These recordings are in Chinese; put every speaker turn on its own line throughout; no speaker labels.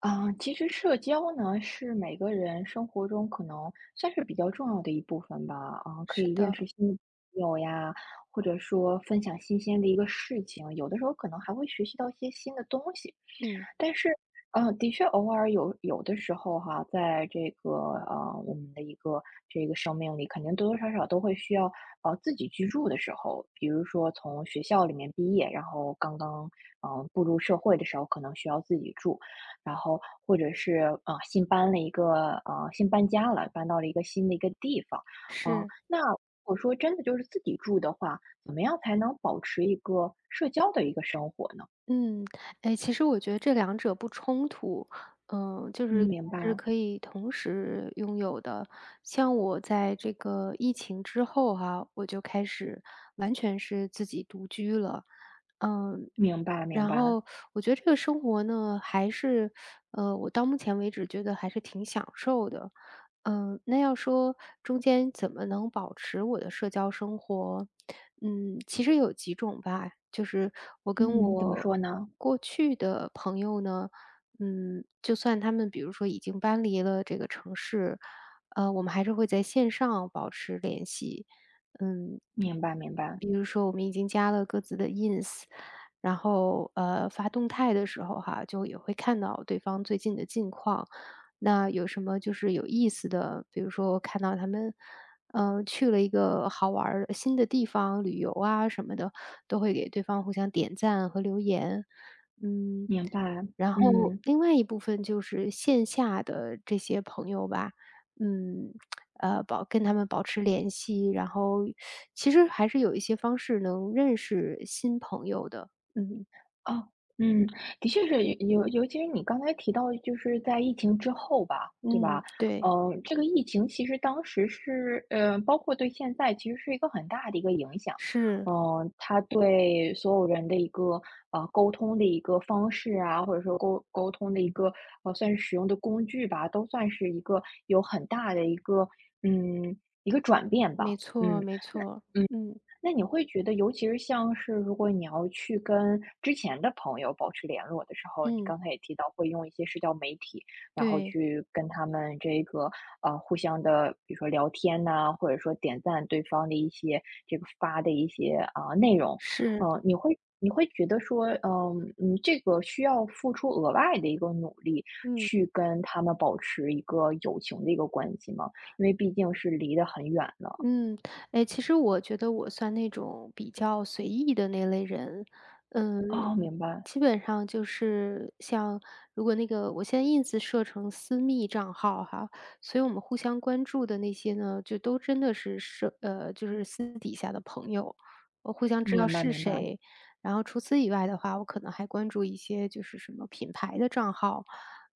啊，其实社交呢，是每个人生活中可能算是比较重要的一部分吧。啊，可
是
以认识
的，
新的朋友呀，或者说分享新鲜的一个事情，有的时候可能还会学习到一些新的东西。
嗯。
但是，的确偶尔有的时候哈，在这个我们的一个这个生命里，肯定多多少少都会需要自己居住的时候，比如说从学校里面毕业，然后刚刚步入社会的时候，可能需要自己住，然后或者是啊新搬家了，搬到了一个新的一个地方，啊。
是。
那我说真的就是自己住的话，怎么样才能保持一个社交的一个生活呢？
嗯，哎，其实我觉得这两者不冲突，就
嗯，
是
明
它是
白。
可以同时拥有的。像我在这个疫情之后哈，我就开始完全是自己独居了，嗯，
明白明
然
白，
后我觉得这个生活呢，还是，我到目前为止觉得还是挺享受的。嗯，那要说中间怎么能保持我的社交生活，其实有几种吧。就是我跟
嗯，怎么
我
说呢？
过去的朋友呢，就算他们比如说已经搬离了这个城市，我们还是会在线上保持联系。嗯，比
明白明白
比如说我们已经加了各自的 ins，然后发动态的时候哈，就也会看到对方最近的近况。那有什么就是有意思的，比如说我看到他们，去了一个好玩儿的新的地方旅游啊什么的，都会给对方互相点赞和留言。嗯，
明白，
然后
嗯，
另外一部分就是线下的这些朋友吧，嗯，跟他们保持联系，然后其实还是有一些方式能认识新朋友的。嗯
哦，嗯，的确是，尤其是你刚才提到，就是在疫情之后吧，对
嗯，
吧？
对，
这个疫情其实当时是，包括对现在其实是一个很大的一个影响，
是，
它对所有人的一个沟通的一个方式啊，或者说沟通的一个算是使用的工具吧，都算是一个有很大的嗯一个转变吧，
没错没错，
嗯，
嗯
那你会觉得，尤其是像是如果你要去跟之前的朋友保持联络的时候，你
嗯。
刚才也提到会用一些社交媒体，然后
对，
去跟他们这个互相的，比如说聊天呐、或者说点赞对方的一些这个发的一些啊、内容，
是，
你会觉得说，这个需要付出额外的一个努力
嗯
去跟他们保持一个友情的一个关系吗？因为毕竟是离得很远了。
嗯，哎，其实我觉得我算那种比较随意的那类人，嗯，
哦，明白，
基本上就是像如果那个我现在 ins 设成私密账号哈，所以我们互相关注的那些呢，就都真的是就是私底下的朋友，我互相知道
明白，
是
明白。
谁。然后除此以外的话，我可能还关注一些就是什么品牌的账号，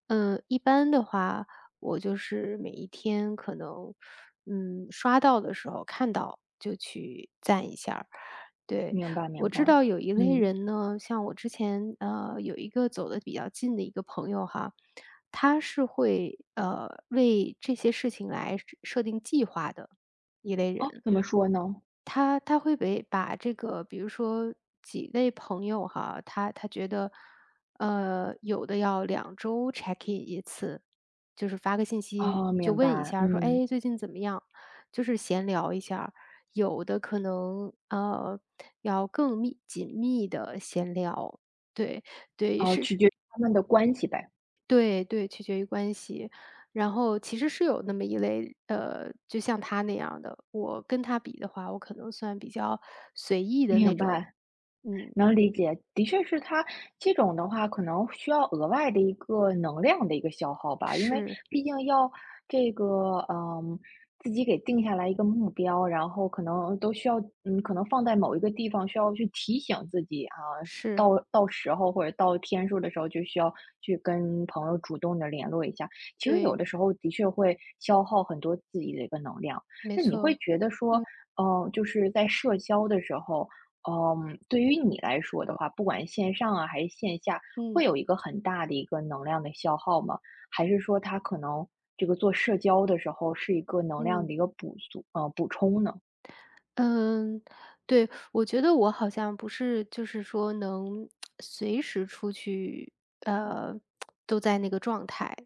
嗯，一般的话。我就是每一天可能，刷到的时候看到就去赞一下儿对，
明白
我
明
知
白，
道有一类
嗯，
人呢，像我之前，有一个走得比较近的一个朋友哈，他是会，为这些事情来设定计划的一类人。
哦，怎么说呢？
他会被把这个比如说几位朋友哈，他觉得，有的要2周 check in 一次，就是发个信息
哦，
就
明
问一
白，
下儿说：
嗯，
“哎，最近怎么样？”就是闲聊一下儿有的可能，要更紧密的闲聊，对，对，
哦，
是
取决于他们的关系呗，
对对，取决于关系。然后其实是有那么一类，就像他那样的，我跟他比的话，我可能算比较随意的那
明
种。
白。
嗯，
能理解，的确是它这种的话，可能需要额外的一个能量的一个消耗吧，因为
是
毕竟要这个，自己给定下来一个目标，然后可能都需要，可能放在某一个地方，需要去提醒自己啊，
是，
到时候或者到天数的时候，就需要去跟朋友主动的联络一下。其实有
对，
的时候的确会消耗很多自己的一个能量。
没
那你会
错，
觉得说，就是在社交的时候。嗯，对于你来说的话，不管线上啊还是线下，会
嗯
有一个很大的一个能量的消耗吗？还是说它可能这个做社交的时候是一个能量
嗯。
的一个补足，补充呢？
嗯，对，我觉得我好像不是就是说能随时出去，呃，都在那个状态，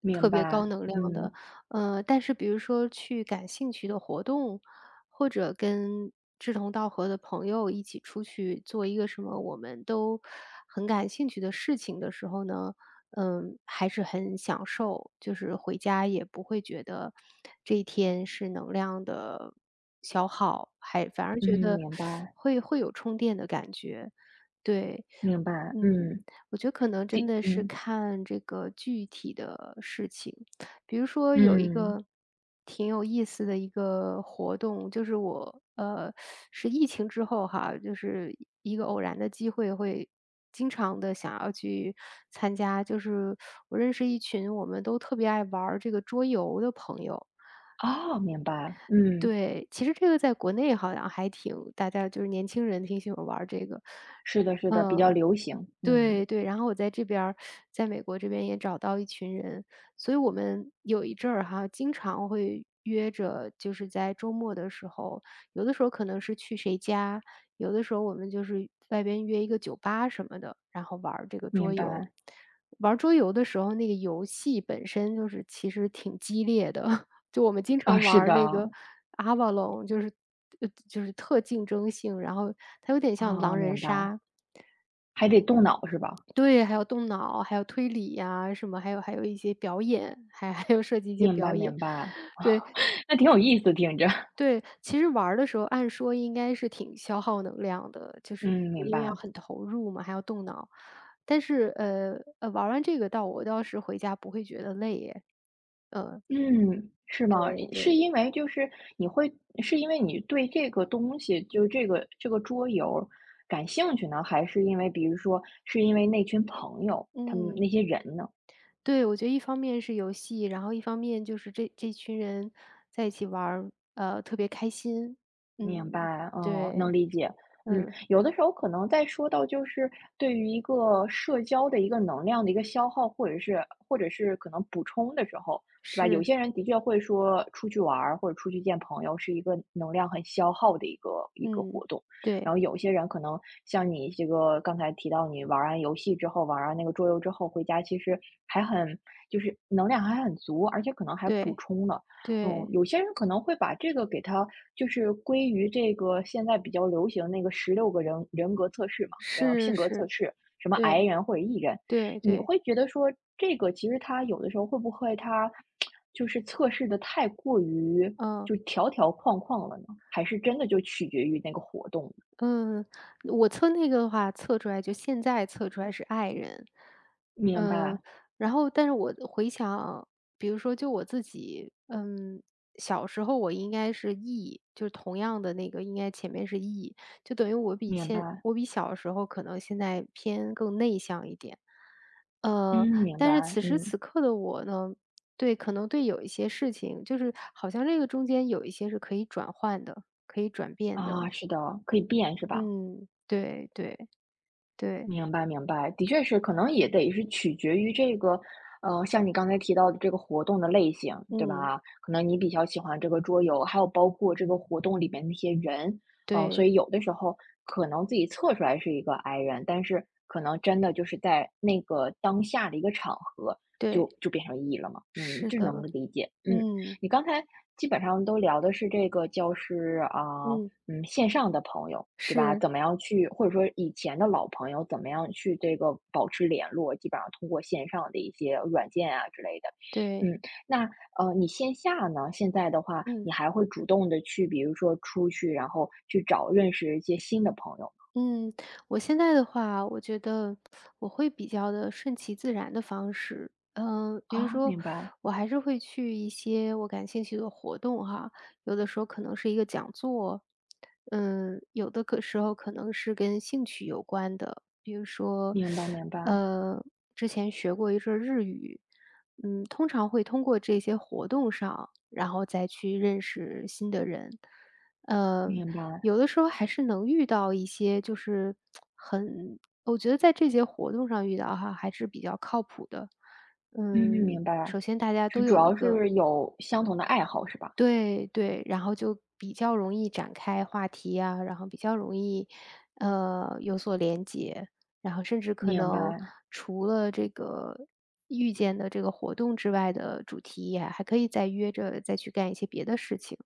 明
特别高
白，
能量
嗯
的。但是比如说去感兴趣的活动或者跟志同道合的朋友一起出去做一个什么我们都很感兴趣的事情的时候呢，嗯，还是很享受，就是回家也不会觉得这一天是能量的消耗，还反而
嗯，
觉得
明白
会有充电的感觉。对，
明白，
嗯，
嗯，
我觉得可能真
第
的是
嗯
看这个具体的事情。比如说有一
嗯，
个挺有意思的一个活动，就是我是疫情之后哈，就是一个偶然的机会，会经常的想要去参加。就是我认识一群我们都特别爱玩儿这个桌游的朋友。
哦，明白，嗯，
对，其实这个在国内好像还挺大家就是年轻人挺喜欢玩儿这个，
是的，是的，比较
嗯。
流行，嗯，
对对，然后我在这边儿在美国这边也找到一群人，所以我们有一阵儿哈，经常会约着，就是在周末的时候，有的时候可能是去谁家，有的时候我们就是外边约一个酒吧什么的，然后玩儿这个
明
桌游。
白，
玩儿桌游的时候，那个游戏本身就是其实挺激烈的，就我们经
啊，
常玩
是
儿
的，
那个 Avalon,就是就是特竞争性，然后它有点像
啊，
狼人
明白，
杀，
还得动脑是吧？
对，还有动脑，还有推理呀，什么，还有一些表演，还 还有涉及一些
明白
表演。
明白，
对
那挺有意思，听着，
对，其实玩儿的时候按说应该是挺消耗能量的，就是
嗯，明
因为要
白。
很投入嘛，还要动脑。但是，玩儿完这个我倒是回家不会觉得累耶。
嗯，是吗？
对
嗯是
对，
因为就是你会是因为你对这个东西，就这个桌游感兴趣呢，还是因为比如说是因为那群朋友，他们
嗯，
那些人呢？
对，我觉得一方面是游戏，然后一方面就是这群人在一起玩儿，特别开心。
明
嗯，
白，嗯，能
对，
理解。嗯，
嗯，
有的时候可能在说到就是对于一个社交的一个能量的一个消耗，或者是可能补充的时候，对吧？有
是。
些人的确会说出去玩儿或者出去见朋友是一个能量很消耗的一个
嗯，
活动，然
对，
后有些人可能像你这个刚才提到，你玩完游戏之后，玩完那个桌游之后回家，其实还很就是能量还很足，而且可能还补
对，
充了。嗯，
对，
有些人可能会把这个给它就是归于这个现在比较流行那个16个人人格测试嘛，然后性
是
格测
是，
试，什么 I
对，
人或者 E 人，
对
你
对，
会觉得说这个其实它有的时候会不会它就是测试的太过于
嗯。
就条条框框了呢？还是真的就取决于那个活动呢？
嗯，我测那个的话，测出来就现在测出来是 I 人。
明
嗯，
白，
然后但是我回想，比如说就我自己，小时候我应该是 E，就是同样的那个应该前面是 E，就等于我比
明
现
白，
我比小时候可能现在偏更内向一点。
嗯，
呃，
明白，
但是此时此
嗯，
刻的我呢，对，可能对有一些事情，就是好像这个中间有一些是可以转换的，可以转变的。
啊，是的，可以变是吧？
嗯，对对对，
明白明白，的确是，可能也得是取决于这个，像你刚才提到的这个活动的类型，对
嗯，
吧？可能你比较喜欢这个桌游，还有包括这个活动里面那些人，嗯，所
对
以有的时候可能自己测出来是一个 I 人，但是可能真的就是在那个当下的一个场合
对，
就变成 E 了嘛，嗯，
是
这能
的，
理解。嗯，
嗯
你刚才基本上都聊的是这个教师啊。
嗯，
嗯，线上的朋友，对吧？
是，
怎么样去或者说以前的老朋友，怎么样去这个保持联络，基本上通过线上的一些软件啊之类的。
对，
嗯，那你线下呢？现在的话，
嗯。
你还会主动的去，比如说出去，然后去找认识一些新的朋友
嗯，我现在的话，我觉得我会比较的顺其自然的方式。嗯，比如
吗？哦，
说
明白，
我还是会去一些我感兴趣的活动哈，有的时候可能是一个讲座，嗯，有的时候可能是跟兴趣有关的，比如说，
明白，明白，
呃，之前学过一阵儿日语，嗯，通常会通过这些活动上，然后再去认识新的人。嗯。
明白，
有的时候还是能遇到一些就是很我觉得在这些活动上遇到哈，还是比较靠谱的。
嗯，
嗯，
明白，
首先大家都
是主
有一
要
个
是有相同的爱好是吧？
对对，然后就比较容易展开话题啊，然后比较容易，有所连结，然后甚至可
明
能
白。
除了这个遇见的这个活动之外的主题，也还可以再约着再去干一些别的事情。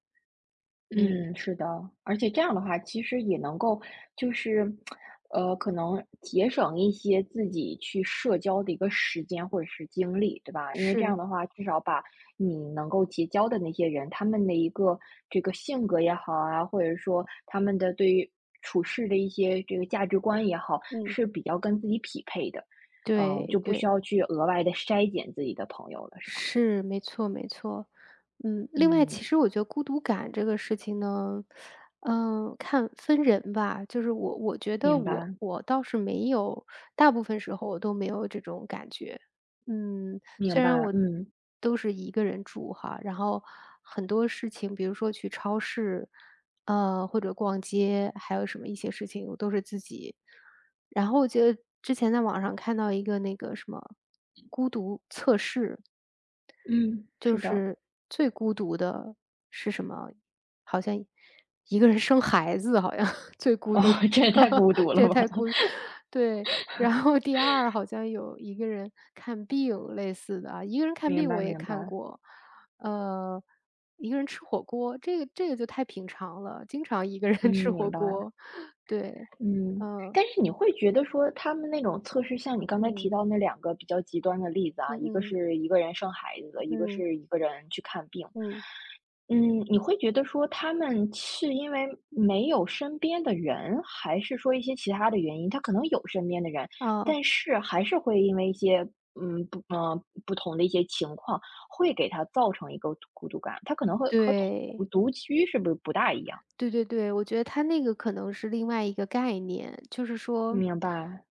嗯，
嗯，是的，而且这样的话，其实也能够就是，可能节省一些自己去社交的一个时间或者是精力，对吧？因为这样
是，
的话，至少把你能够结交的那些人，他们的一个这个性格也好啊，或者说他们的对于处事的一些这个价值观也好，
嗯，
是比较跟自己匹配的，嗯，
对
就不需
对。
要去额外的筛减自己的朋友了，是吧？
是，没错没错。嗯，另外
嗯，
其实我觉得孤独感这个事情呢，看分人吧。就是我觉得
明
我
白，
我倒是没有，大部分时候我都没有这种感觉。嗯，
明
虽然
白，
我
嗯
都是一个人住哈，然后很多事情，比如说去超市，或者逛街，还有什么一些事情，我都是自己。然后我觉得之前在网上看到一个那个什么孤独测试，
嗯，
就
是的。
是最孤独的是什么？好像一个人生孩子好像 最 孤
哦，
独，
这也太孤独 了
这也
吧。
太孤对。然后第二好像有一个人看病类似的啊，一个人看
明
病
白
我也
明
看
白，
过，呃，一个人吃火锅，这个就太平常了，经常一个人
嗯，
吃
明
火
白，
锅，对，
嗯。
嗯，
但是你会觉得说他们那种测试，像你刚才提
嗯，
到那两个比较极端的例子啊，
嗯
一个
嗯，
是一个人生孩子的，一个
嗯，
是一个人去看病。
嗯，
嗯，你会觉得说他们是因为没有身边的人，还是说一些其他的原因？他可能有身边的人，
啊，
但是还是会因为一些不同的一些情况，会给他造成一个孤独感。他可能会和同
对。
孤独居是不是不大一样？
对对对，我觉得他那个可能是另外一个概念，就是说，
明白，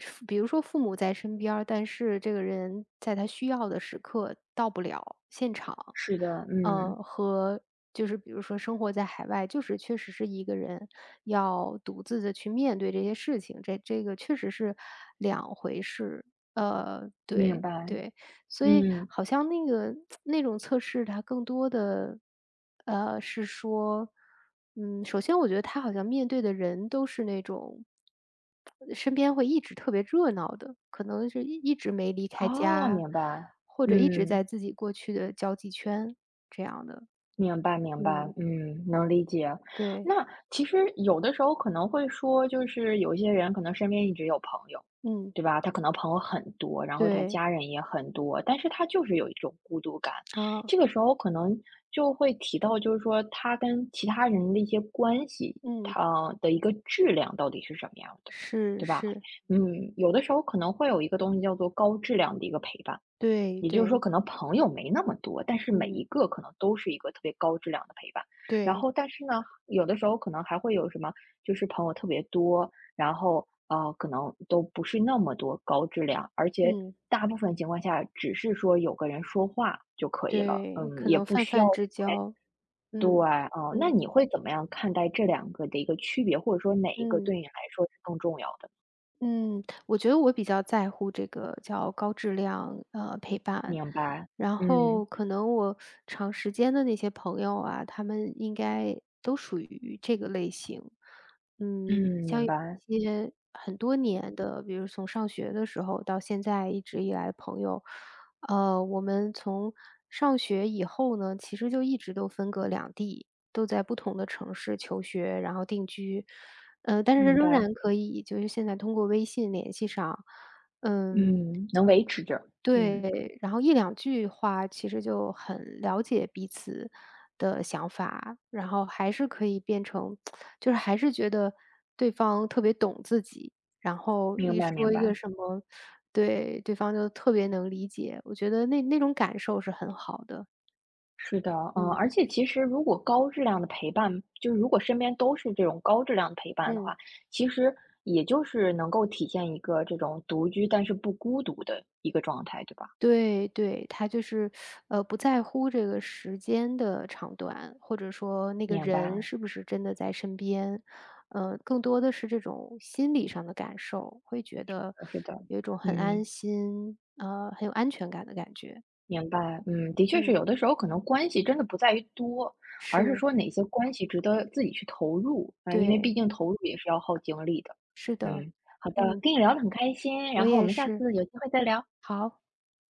比如说父母在身边儿但是这个人在他需要的时刻到不了现场，
是的，嗯，
和就是比如说生活在海外，就是确实是一个人要独自的去面对这些事情，这个确实是两回事，
明
对
白，
对。所以
嗯，
好像那个 那种测试它更多的，是说，嗯，首先我觉得他好像面对的人都是那种，身边会一直特别热闹的，可能是一直没离开
哦，
家，
明白，
或者一直
嗯。
在自己过去的交际圈这样的。
明白明白，
嗯，
嗯，能理解。
对，
那其实有的时候可能会说，就是有一些人可能身边一直有朋友，
嗯，
对吧？他可能朋友很多，然后他
对，
家人也很多，但是他就是有一种孤独感。
啊，
这个时候可能就会提到，就是说他跟其他人的一些关系，
嗯，
他的一个质量到底是什么样的，
是
对吧？
是，
嗯，有的时候可能会有一个东西叫做高质量的一个陪伴。
对
也就是说
对，
可能朋友没那么多，但是每一
嗯，
个可能都是一个特别高质量的陪伴。然
对，
后但是呢，有的时候可能还会有什么，就是朋友特别多，然后，可能都不是那么多高质量，而且
嗯，
大部分情况下只是说有个人说话就可以了，
对，
嗯，
可
也
能
不
泛
需要
泛之交。
对，
嗯，
嗯，那
嗯，
你会怎么样看待这两个的一个区别，或者说哪一个
嗯，
对你来说是更重要的？
嗯，我觉得我比较在乎这个叫高质量，陪伴。
明白，
然
嗯，
后可能我长时间的那些朋友啊，他们应该都属于这个类型。
嗯，
嗯，像
明
有
白，
一些很多年的，比如从上学的时候到现在一直以来的朋友，我们从上学以后呢，其实就一直都分隔两地，都在不同的城市求学，然后定居。但是
明
仍
白，
然可以就是现在通过微信联系上。嗯，
嗯，能维持着，嗯。
对，然后一两句话其实就很了解彼此的想法，然后还是可以变成就是还是觉得对方特别懂自己，然后
明
一
白明
说一
白，
个什么对，对方就特别能理解，我觉得那种感受是很好的。
是的，嗯，
嗯，
而且其实如果高质量的陪伴，就是如果身边都是这种高质量的陪伴的
嗯。
话，其实也就是能够体现一个这种独居但是不孤独的一个状态，对吧？
对对，他就是，不在乎这个时间的长短，或者说那个
明
人
白，
是不是真的在身边，更多的是这种心理上的感受，会觉得
是的，
有一种很
嗯，
安心，很有安全感的感觉。
明白，嗯，的确是
嗯，
有的时候可能关系真的不在于多，而是
是，
说哪些关系值得自己去投入，嗯，因为
对，
毕竟投入也是要耗精力的，
是的，
嗯，好的，
嗯，
跟你聊得很开心，
我
然后我
也
们下
是。
次有机会再聊。
好。